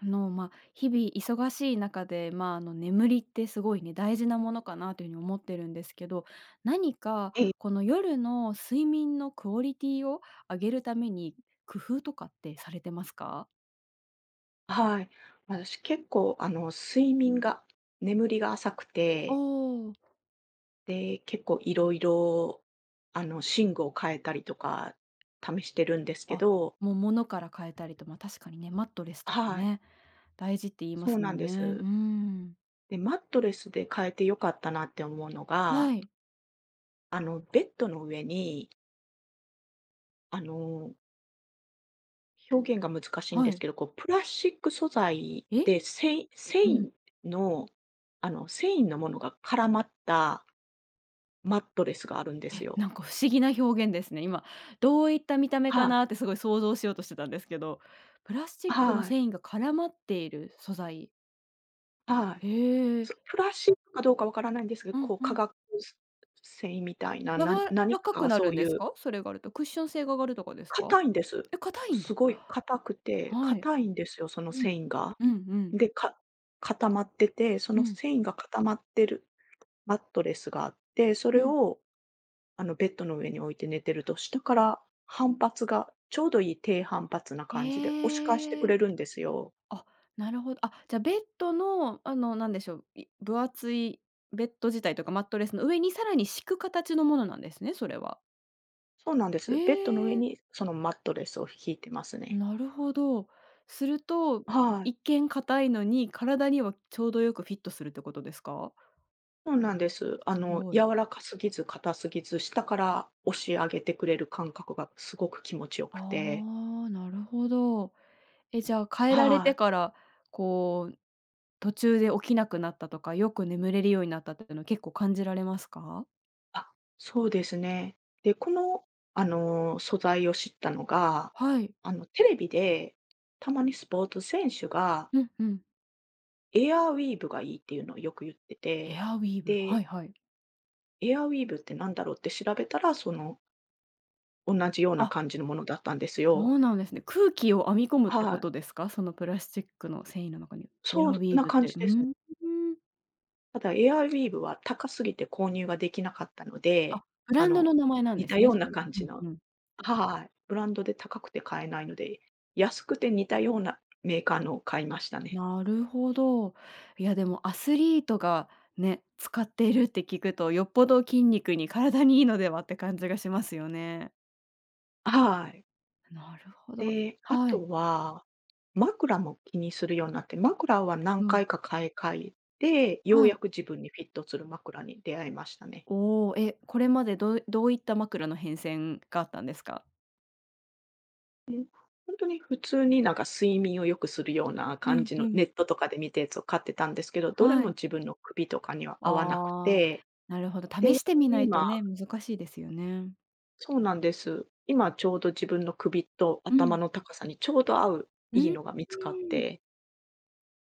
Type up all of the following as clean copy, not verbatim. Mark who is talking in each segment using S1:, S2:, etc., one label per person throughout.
S1: 日々忙しい中で、眠りってすごいね、大事なものかなというふうに思ってるんですけど、何か
S2: ええ、
S1: この夜の睡眠のクオリティを上げるために、工夫とかってされてますか？
S2: はい。私結構睡眠が眠りが浅く
S1: お
S2: て、
S1: おー。
S2: で、結構いろいろ寝具を変えたりとか試してるんですけ
S1: あ、
S2: ど。
S1: もう物から変えたりと、まあ、確かにね、マットレスとか
S2: はい、
S1: ね、大事って言いま
S2: そう
S1: す
S2: な
S1: も
S2: ん
S1: ん
S2: で
S1: ね。う
S2: す。
S1: ん。
S2: で、マットレスで変えて良かったなって思うの
S1: は
S2: が、
S1: い。
S2: あの、ベッドの上に、あの、表現が難しいんで
S1: は
S2: す
S1: い。
S2: けど、こうプラスチック素材
S1: え？
S2: で
S1: うん。
S2: の繊維のものが絡まったマットレスがあるんで
S1: え、
S2: すよ。
S1: なんか不思議な表現ですね。今、どういった見た目か
S2: はい。
S1: なってすごい想像しようとしてたんですけど、プラスチックの
S2: はい、
S1: 繊維が絡まっている素材。
S2: はい。
S1: へえ。
S2: プラスチックかどうかわからないんですけど、
S1: うん
S2: こう
S1: う
S2: 化
S1: ん。
S2: 学繊維みたいな、
S1: 柔
S2: 何
S1: らかく
S2: か
S1: な
S2: そ
S1: るん
S2: うい
S1: です
S2: う。
S1: か？それがあると。クッション性が上がるとかですか？
S2: 硬いんです。
S1: え、硬いん
S2: す
S1: だ。
S2: ごい硬くて、
S1: はい。
S2: 硬いんですよ、その
S1: うん。
S2: 繊維が。
S1: うんうん。
S2: で、固まってて、そ
S1: う
S2: の
S1: ん。
S2: 繊維が固まってるマットレスがあって、そ
S1: う
S2: れ
S1: ん。
S2: をあのベッドの上に置いて寝てると、下から反発が、ちょうどいい低反発な感じで押し返してく
S1: ええ。
S2: れるんですよ。
S1: あ、なるほど。あ、じゃ、ベッドの、なんでしょう、分厚いベッド自体とかマットレスの上にさらに敷く形のものなんですね、それは。
S2: そうなんです。ベッドの上
S1: ええ。
S2: にそのマットレスを敷いてますね。
S1: なるほど。すると、
S2: はい。
S1: 一見硬いのに、体にはちょうどよくフィットするってことですか？
S2: そうなんです。あ
S1: す
S2: の、
S1: ごい。
S2: 柔らかすぎず硬すぎず、下から押し上げてくれる感覚がすごく気持ちよくて。
S1: ああ、なるほど。え、じゃあ変えられ
S2: は
S1: て
S2: い。
S1: から、こう、途中で起きなくなったとか、よく眠れるようになったっていうのは結構感じられますか？
S2: あ、そうですね。で、この、あの、素材を知ったのが、
S1: はい。
S2: あの、テレビで、たまにスポーツ選手が、
S1: うんうん。
S2: エアウィーブがいいっていうのをよく言って
S1: エ
S2: て、
S1: アウィーヴ、は
S2: で、
S1: いはい。
S2: エアウィーブってなんだろうって調べたら、同じような
S1: あ、
S2: 感じのものだったんです
S1: そ
S2: よ。
S1: うなんですね。空気を編み込むって
S2: は
S1: こ
S2: い。
S1: とですか？そのプラスチックの繊維の中に。エ
S2: そ
S1: アウ
S2: ん
S1: ィー
S2: な
S1: ヴっ
S2: 感
S1: て。
S2: じ
S1: うー
S2: ですね。
S1: ん。
S2: ただ、エアウィーヴは高すぎて購入ができなかったので、
S1: あ、ブ
S2: あ
S1: ランド
S2: の、
S1: の名前なん
S2: 似
S1: で
S2: た
S1: すね、
S2: よう
S1: そ
S2: な
S1: れ。
S2: 感
S1: う
S2: じ
S1: ん
S2: の、
S1: うん。
S2: はい、ブランドで高くて買えないので、安くて似たようなメーカーのを買いましたね。
S1: なるほど。いや、でもアスリートがね、使っているって聞くと、よっぽど筋肉に体にいいのではって感じがしますよね。
S2: はい。
S1: なるほど。
S2: で、あ
S1: はい。
S2: とは、枕も気にするようになって、枕は何
S1: うん。
S2: 回か買い替えて、よう
S1: は
S2: や
S1: い。
S2: く自分にフィットする枕に出会いましたね。
S1: おお、え、これまでどういった枕の変遷があったんですか？
S2: ね本当に普通になんか睡眠を良くするような
S1: う
S2: 感
S1: ん
S2: じ
S1: う
S2: の、ネ
S1: ん。
S2: ットとかで見たやつを買ってたんですけど、どれ
S1: は
S2: も
S1: い。
S2: 自分の首とかには合わなく
S1: ああ、
S2: て、
S1: なるほど。試してみないと
S2: 今
S1: ね、難しいですよね。
S2: そうなんです。今ちょうど自分の首と
S1: う
S2: 頭
S1: ん。
S2: の高さにちょうど合う
S1: う
S2: いい
S1: ん
S2: のが見
S1: う
S2: つかっ
S1: ーん。
S2: て、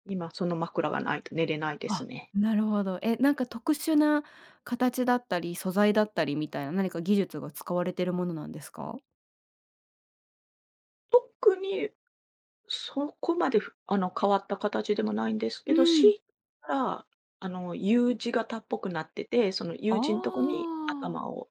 S2: 今その枕がないと寝れないです
S1: あ、
S2: ね。
S1: なるほど。え、なんか特殊な形だったり、素材だったりみたいな、何か技術が使われてるものなんですか？
S2: 特にそこまで、ふあの、変わった形でもないんですけ
S1: う
S2: ど、強
S1: ん。
S2: いて言ったら、あの、U 字型っぽくなってて、その
S1: あ
S2: U 字のとこに
S1: あ、
S2: 頭を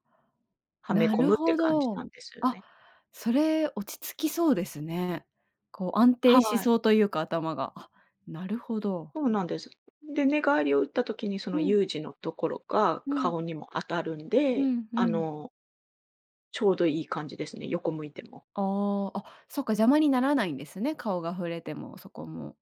S2: はめ
S1: な
S2: 込
S1: る
S2: むって
S1: ほ
S2: 感じな
S1: ど。
S2: んですよ
S1: あ、
S2: ね。
S1: それ落ち着きそうですね。こう安
S2: は
S1: 定し
S2: い、
S1: そうというか、頭が。あ、なるほど。
S2: そうなんです。で、寝返りを打った時にその
S1: うん
S2: 有事のところが
S1: うん
S2: 顔にも当たるん
S1: う
S2: で、
S1: んう
S2: あ
S1: ん。
S2: の、ちょうどいい感じですね、横向いても。
S1: ああ、あ、そっか、邪魔にならないんですね、顔が触れても、そこも。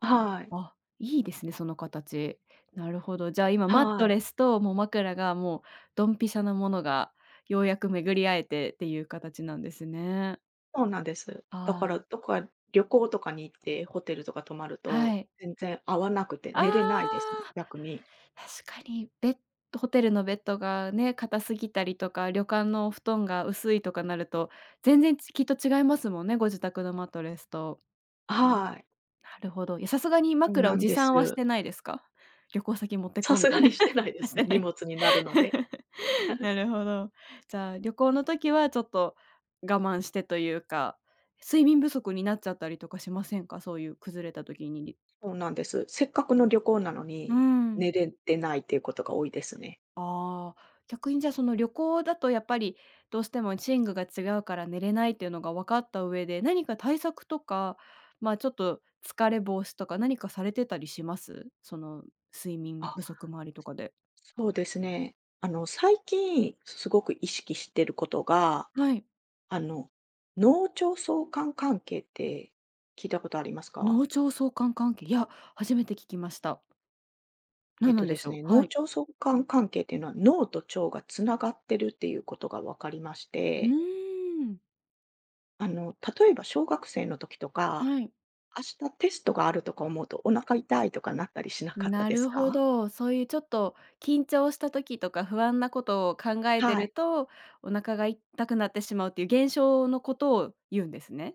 S2: はい、
S1: あ、いいですね、その形。なるほど。じゃあ、今マッ
S2: は
S1: ト
S2: い、
S1: レスと、もう枕が、もうドンピシャなものが、ようやく巡り合えてっていう形なんですね。
S2: そうなんです。だか
S1: あ
S2: ら
S1: あ、
S2: どこか旅行とかに行ってホテルとか泊まる
S1: は
S2: と、
S1: い。
S2: 全然合わなくて
S1: あ
S2: 寝れないですね、
S1: あ、
S2: 逆に。
S1: 確かにベッドホテルのベッドがね、硬すぎたりとか、旅館のお布団が薄いとかなると、全然きっと違いますもんね、ご自宅のマットレスと。
S2: はい、
S1: なるほど。いや、さすがに
S2: そう
S1: 枕
S2: な
S1: を
S2: ん
S1: 持
S2: です。
S1: 参はしてないですか？旅行先持ってこ
S2: さ
S1: う
S2: す
S1: みた
S2: が
S1: いな、
S2: にしてないで
S1: し
S2: すね、
S1: てな
S2: 荷
S1: い。
S2: 物に なるので。
S1: なるほど。じゃあ、旅行の時はちょっと我慢してというか、睡眠不足になっちゃったりとかしませんか？そういう崩れた時に。
S2: そうなんです。せっかくの旅行なの
S1: う
S2: に、
S1: ん。
S2: 寝れてないっていうことが多いですね。
S1: ああ、逆にじゃあ、その旅行だとやっぱりどうしても寝具が違うから寝れないっていうのが分かった上で、何か対策とか、ちょっと疲れ防止とか何かされてたりします？その睡眠
S2: あ、
S1: 不足周りとかで。
S2: そうですね。あの、最近すごく意識してることが、
S1: はい。
S2: あの、脳腸相関関係って聞いたことあります
S1: 脳
S2: か？
S1: 腸相関関係、いや、初めて聞きました。何なんで
S2: で
S1: し
S2: す
S1: ょう？
S2: ね、脳
S1: はい。
S2: 腸相関関係っていうのは、脳と腸がつながってるっていうことが分かりまし
S1: う
S2: て、
S1: ーん。
S2: あの、例えば小学生の時とか、
S1: はい。
S2: 明日テストがあるとか思うとお腹痛いとかなったりしなかった
S1: な
S2: です
S1: るほ
S2: か？
S1: ど。そういうちょっと緊張した時とか不安なことを考えて
S2: は
S1: る
S2: い。
S1: と、お腹が痛くなってしまうっていう現象のことを言うんですね。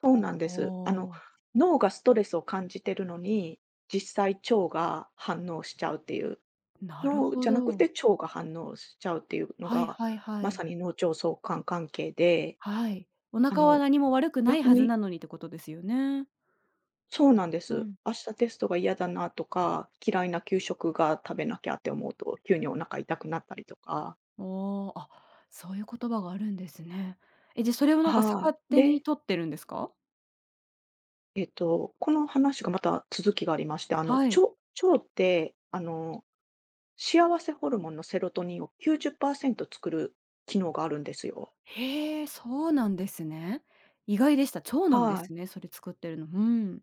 S2: そうなんで
S1: あ
S2: す。あの、
S1: あ。
S2: 脳がストレスを感じてるのに、実際腸が反応しちゃうっていう、
S1: なる
S2: 脳
S1: ほ
S2: じゃなくて
S1: ど。
S2: 腸が反応しちゃうっていうの
S1: はい
S2: が、
S1: はいは
S2: まさ
S1: い。
S2: に脳腸相関関係で、
S1: はい。お
S2: あ
S1: 腹は
S2: の、
S1: 何も悪くない
S2: 逆
S1: はず
S2: に
S1: なのにってことですよね。
S2: そうなんで
S1: う
S2: す。
S1: ん。
S2: 明日テストが嫌だなとか、嫌いな給食が食べなきゃって思うと、急にお腹痛くなったりとか。
S1: おあ、あ、そういう言葉があるんですね。え、じゃ、それをなんか
S2: は
S1: 逆
S2: い。
S1: 手に
S2: で、
S1: 取ってるんですか？
S2: この話がまた続きがありまして、あの、腸
S1: はい。
S2: 腸って、あの幸せホルモンのセロトニンを90%作る機能があるんですよ。
S1: へえ、そうなんですね。意外でした。腸なんで
S2: はい。
S1: すね、それ作ってるの。うん。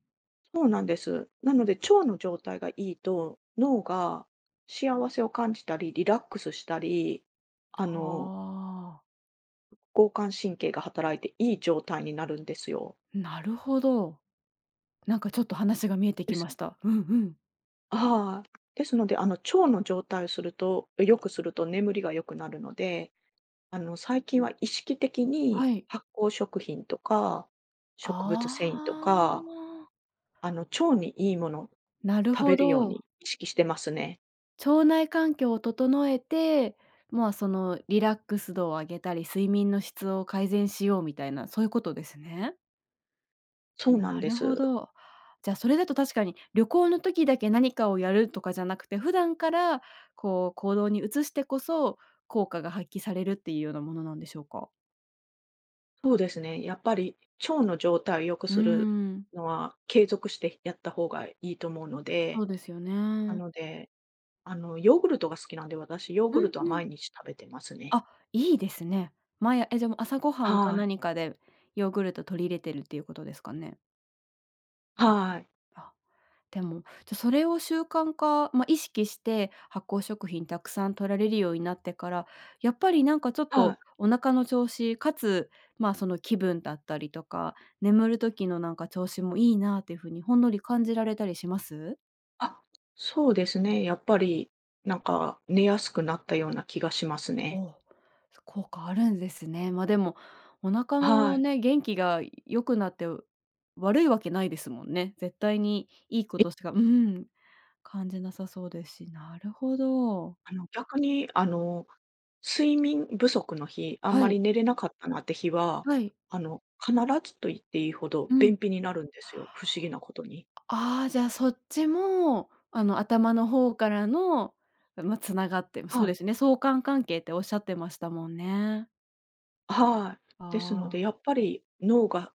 S2: そうなんです。なので、腸の状態がいいと、脳が幸せを感じたり、リラックスしたり、あの、
S1: はあ、
S2: 交感神経が働いていい状態になるんですよ。
S1: なるほど。なんかちょっと話が見えて
S2: で
S1: き
S2: す。
S1: ました。うんうん。
S2: はい。ですので、あの、腸の状態をすると、良くすると眠りが良くなるので、あの、最近は意識的
S1: は
S2: に
S1: い。
S2: 発酵食品とか、植物繊維と
S1: あ
S2: か、
S1: あ、
S2: あの、腸にいいもの
S1: なる
S2: 食べ
S1: ほ
S2: るよう
S1: ど。
S2: に意識してますね。
S1: 腸内環境を整えて、そのリラックス度を上げたり、睡眠の質を改善しようみたいな、そういうことですね？
S2: そう
S1: な
S2: なんで
S1: るほ
S2: す。
S1: ど。じゃ、あそれだと確かに、旅行の時だけ何かをやるとかじゃなくて、普段からこう行動に移してこそ、効果が発揮されるっていうようなものなんでしょうか？
S2: そうですね。やっぱり腸の状態を良く
S1: うー
S2: する
S1: ん、
S2: のは継続してやった方がいいと思うの
S1: そ
S2: で、
S1: うですよ
S2: な
S1: ね。
S2: ので、あの、ヨーグルトが好きなんで、私ヨー
S1: う
S2: グル
S1: ん
S2: トは
S1: うん。
S2: 毎日食べてますね。
S1: あ、いいですね。え、じゃ、もう朝ごはんか
S2: はい。
S1: 何かでヨーグルト取り入れてるっていうことですかね？
S2: はい。
S1: あ。でも、じゃ、それを習慣化、意識して発酵食品たくさん取られるようになってから、やっぱりなんかちょっ
S2: は
S1: と
S2: い。
S1: お腹の調子、かつ、その気分だったりとか、眠る時のなんか調子もいいなっていう風にほんのり感じられたりします？
S2: あ、そうですね。やっぱり、なんか寝やすくなったような気がします
S1: お
S2: ね。
S1: お、効果あるんですね。あでも、お腹
S2: は
S1: の
S2: い。
S1: ね、元気が良くなって、悪いわけないですもんね。絶対にいいことしかうん、感じなさそうですし、なるほど。
S2: あの、逆に、あの、睡眠不足の日、あん
S1: は
S2: まり
S1: い、
S2: 寝れなかったなって日は、
S1: はい。
S2: あの、必ずと言っていいほど
S1: うん。
S2: 便秘になるんですよ、不思議なことに。
S1: ああ、じゃあ、そっちも、頭の方からの、繋がってそう
S2: は
S1: で
S2: い。
S1: すね、相関関係っておっしゃってましたもんね。
S2: は
S1: あ
S2: い。ですので、
S1: あ。
S2: やっぱり脳が、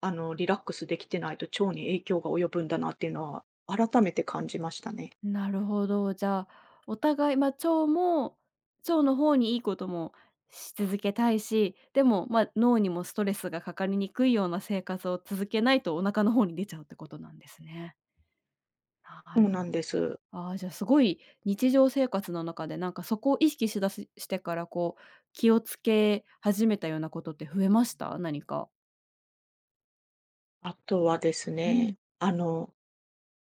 S2: あの、リラックスできてないと腸に影響が及ぶんだなっていうのは改めて感じましたね。
S1: なるほど。じゃあ、お互い、腸の方にいいこともし続けたいし、でも、脳にもストレスがかかりにくいような生活を続けないとお腹の方に出ちゃうってことなんですね。な
S2: そう
S1: る
S2: なんです。
S1: ああ、じゃあすごい日常生活の中で、なんかそこを意識しだすしてから、こう、気をつけ始めたようなことって増えました？何か。
S2: あとはです
S1: う
S2: ね、
S1: ん、
S2: あの、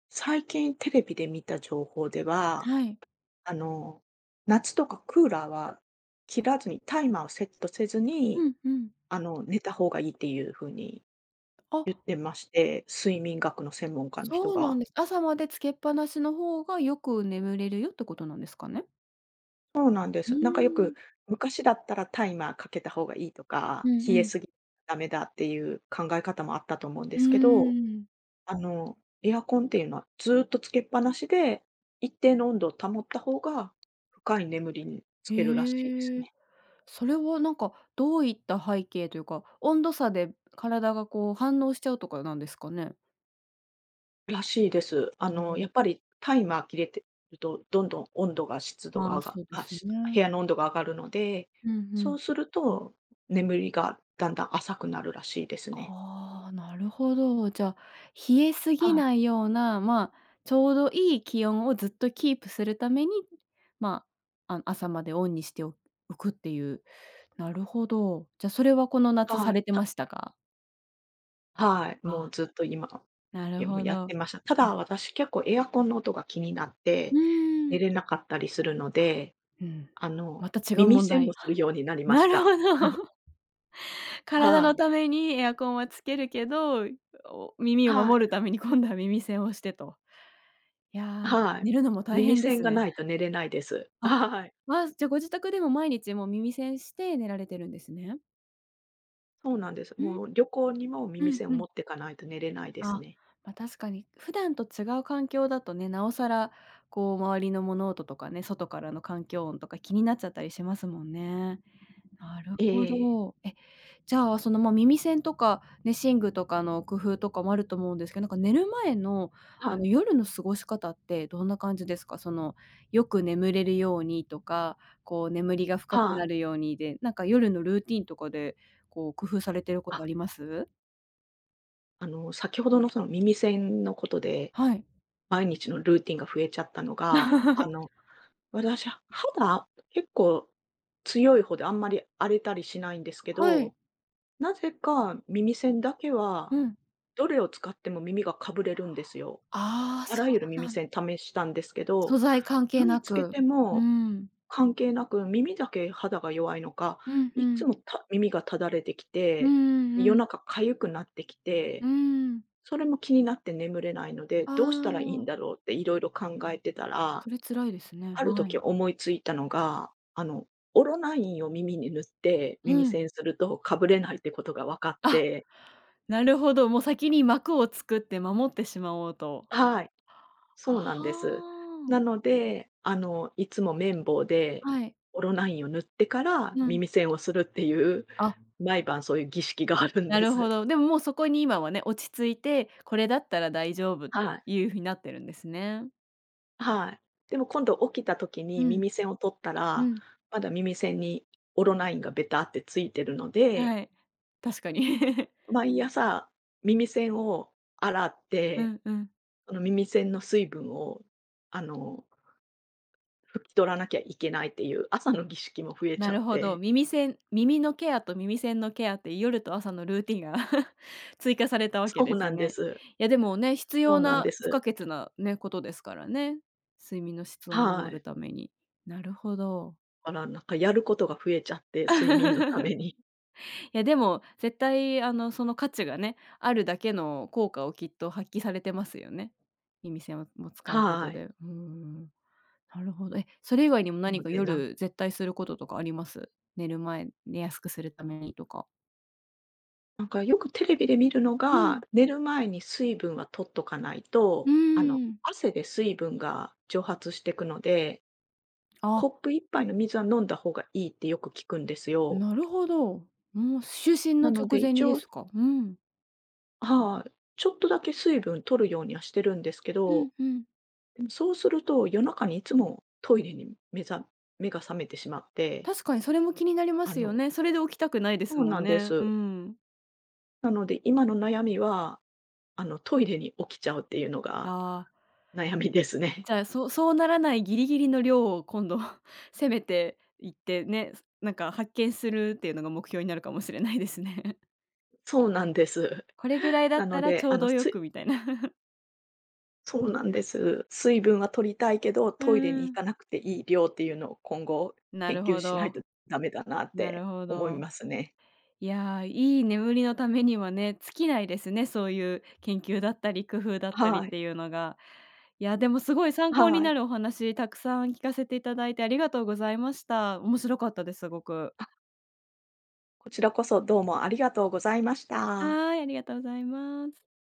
S2: 最近テレビで見た情報では、
S1: はい。
S2: あの、夏とかクーラーは切らずに、タイマーをセットせず
S1: う
S2: に、
S1: んうん。
S2: あの、寝た方がいいっていう風に
S1: あ、
S2: 言ってまして、睡眠学の専門家の人
S1: そうなん
S2: が。
S1: です。朝までつけっぱなしの方がよく眠れるよってことなんですかね？
S2: そうなんで
S1: うー
S2: す。なんかよく、
S1: ん。
S2: 昔だったらタイマーかけた方がいいとか、
S1: うん
S2: 冷
S1: う
S2: え
S1: ん。
S2: すぎダメだっていう考え方もあったと思うんで
S1: うー
S2: すけど、
S1: ん。
S2: あの、エアコンっていうのはずっとつけっぱなしで、一定の温度を保った方が、深い眠りにつけるらしいです
S1: へえ。
S2: ね。
S1: それはなんかどういった背景というか、温度差で体がこう反応しちゃうとかなんですかね？
S2: らしいです。あ
S1: お
S2: の、やっ
S1: お。
S2: ぱりタイマー切れてると、どんどん温度が湿度が
S1: まあ、
S2: 上が
S1: そうで
S2: あ、
S1: す
S2: し部
S1: ね。
S2: 屋の温度が上がるので、
S1: うんう
S2: そう
S1: ん。
S2: すると、眠りがだんだん浅くなるらしいですね。
S1: ああ、なるほど。じゃあ、冷えす
S2: は
S1: ぎ
S2: い
S1: ないような、ちょうどいい気温をずっとキープするために、ま朝までオンにしておくっていう。なるほど。じゃあ、それはこの夏さ
S2: は
S1: れ
S2: い。
S1: てましたか？
S2: はい、もう
S1: あ、
S2: ずっと今、
S1: な
S2: い
S1: る
S2: や、もう
S1: ほ
S2: やっ
S1: ど。
S2: てました。た
S1: う
S2: だ、
S1: ん。
S2: 私結構エアコンの音が気になっ
S1: う
S2: て、
S1: ー
S2: 寝
S1: ん。
S2: れなかったりするので、
S1: うん。
S2: あの、
S1: また違う
S2: 耳
S1: 問
S2: 栓も
S1: 題。
S2: する ようになりま
S1: な
S2: し
S1: る
S2: た。
S1: ほど。体
S2: は
S1: のた
S2: い、
S1: めにエアコンはつけるけど、お耳を
S2: はい、
S1: 守るために今度は耳栓をしてと。いやー、
S2: はい。
S1: 寝るのも大
S2: 耳
S1: 変で
S2: 栓
S1: す
S2: がな
S1: ね。
S2: いと寝れないです。
S1: あ、
S2: はい。
S1: あ、じゃ、ご自宅でも毎日もう耳栓して寝られてるんですね。
S2: そうなんです。
S1: うん、
S2: もう旅行にも
S1: う
S2: 耳
S1: ん
S2: 栓を
S1: うん。
S2: 持っていかないと寝れないです
S1: あ、
S2: ね。
S1: ま、確かに普段と違う環境だとね、なおさらこう周りの物音とかね、外からの環境音とか気になっちゃったりしますもんね。なる
S2: え
S1: ほ
S2: え、
S1: ど。え、じゃあ、その、耳栓とか、ね、寝具とかの工夫とかもあると思うんですけど、なんか寝る前の、
S2: はい、
S1: 夜の過ごし方ってどんな感じですか？その、よく眠れるようにとか、こう眠りが深く
S2: は
S1: な
S2: い。
S1: るようにで、なんか夜のルーティンとかで、こう工夫されてるこ
S2: あ、
S1: とあります？
S2: 先ほどのその耳栓のことで、
S1: はい。
S2: 毎日のルーティンが増えちゃったのが、あ の、私、肌、結構強い方であんまり荒れたりしないんですけ
S1: はい。
S2: ど、なぜか耳栓だけは、
S1: うん。
S2: どれを使っても耳がかぶれるんですよ。
S1: ああ、
S2: あ
S1: そ
S2: らゆる
S1: う
S2: 耳
S1: なん
S2: 栓試したんですけど、
S1: 素材関係な
S2: 何つけ
S1: く。
S2: て
S1: う
S2: も
S1: ん。
S2: 関係なく、耳だけ肌が弱いのか、
S1: うんう
S2: いっつ
S1: ん。
S2: も耳がただれてき
S1: うん
S2: て、
S1: うんう
S2: 夜
S1: ん。
S2: 中痒くなってき
S1: う
S2: て、
S1: ーん。
S2: それも気になって眠れないので、
S1: あ
S2: どうしたらいいん
S1: あ。
S2: だろうっていろいろ考えてたら、
S1: それ辛いですね。
S2: ある
S1: は
S2: 時
S1: い。
S2: 思いついたのが、あの、オロナインを耳に塗って、
S1: う
S2: 耳
S1: ん。
S2: 栓するとかぶれないってことが分かっ
S1: あ、
S2: て。
S1: なるほど、もう先に幕を作って守ってしまおうと。
S2: はい。そうなんで
S1: あ
S2: す。な
S1: あ。
S2: ので、あの、いつも綿棒で
S1: はい。
S2: オロナインを塗ってから
S1: うん。
S2: 耳栓をするっていう、
S1: あ、
S2: 毎晩そういう儀式があるん
S1: な
S2: で
S1: るほ
S2: す。
S1: ど。でももうそこに今はね、落ち着いて、これだったら大丈夫っ
S2: は
S1: て
S2: い。
S1: いう風になってるんですね。
S2: はい。でも今度起きた時
S1: う
S2: に
S1: ん、
S2: 耳栓を取った
S1: う
S2: ら、
S1: ん。
S2: まだ耳栓にオロナインがベタってついてるので、
S1: はい。確かに。
S2: 毎朝耳栓を洗っ
S1: う
S2: て、
S1: んうん。
S2: その耳栓の水分を、あの、拭き取らなきゃいけないっていう朝の儀式も増えち
S1: な
S2: ゃっ
S1: るほど。
S2: て。
S1: 耳のケアと耳栓のケアって夜と朝のルーティンが 追加されたわけ
S2: そ
S1: で
S2: う
S1: す
S2: な
S1: よ
S2: んで
S1: ね。
S2: す。
S1: いやでもね、必
S2: そう
S1: 要
S2: なんで
S1: な不可
S2: す。
S1: 欠なね、ことですからね。睡眠の質を
S2: は
S1: 守る
S2: い。
S1: ために。なるほど。
S2: だからなんかやることが増えちゃって、睡眠のため に。
S1: いやでも、絶対その価値がね、あるだけの効果をきっと発揮されてますよね。耳栓をも使うこと
S2: はい。
S1: で。うん。なるほど。え、それ以外にも
S2: な
S1: 何
S2: の
S1: か
S2: でなんか
S1: 夜絶対することとかあります？寝る前、寝やすくするためにとか。
S2: なんかよくテレビで見るの
S1: う
S2: が、
S1: ん。
S2: 寝る前に水分は取っとかない
S1: う
S2: と、あの、
S1: ーん。
S2: 汗で水分が蒸発していくので、コ
S1: あ、
S2: ップ一杯の水は飲んだ方がいいってよく聞くんですよ。
S1: なるほど。もう就寝
S2: な
S1: の
S2: の
S1: 直
S2: で
S1: 前
S2: 一
S1: にで
S2: 応、
S1: すか？うん。
S2: はい、ちょっとだけ水分取るようにはしてるんですけ
S1: う
S2: ど、
S1: んうん。
S2: でもそうすると夜中にいつもトイレに目が覚めてしまって、
S1: 確かにそれも気になりま
S2: あ
S1: すよ
S2: の
S1: ね。それで起きたくないで
S2: そ
S1: す
S2: う
S1: も
S2: な
S1: ん
S2: んで
S1: ね。う
S2: す。
S1: ん。
S2: なので、今の悩みは、あの、トイレに起きちゃうっていうのが
S1: ああ、
S2: 悩みですね。
S1: じゃあ、そうそうならないギリギリの量を今度 攻めていってね、なんか発見するっていうのが目標になるかもしれないですね。
S2: そうなんです。
S1: これぐらいだ
S2: な
S1: った
S2: の
S1: ら
S2: で、
S1: ちょ
S2: あ
S1: う
S2: の、
S1: どよくみたいな。
S2: そうなんです。水分は取りたいけど、
S1: う
S2: トイレに行
S1: ん。
S2: かなくていい量っていうのを今後
S1: な
S2: 研
S1: る
S2: 究
S1: ほ
S2: しない
S1: ど、
S2: とダメだなっ
S1: なる
S2: て
S1: ほ
S2: 思い
S1: ど。
S2: ますね。
S1: いやー、いい眠りのためにはね、尽きないですね、そういう研究だったり工夫だったり
S2: は
S1: っ
S2: い。
S1: ていうのが。いや、でもすごい参考に
S2: は
S1: な
S2: い。
S1: るお話たくさん聞かせていただいてありがとうございました。面白かったです、すごく。
S2: こちらこそどうもありがとうございました。
S1: はーい、ありがとうございます。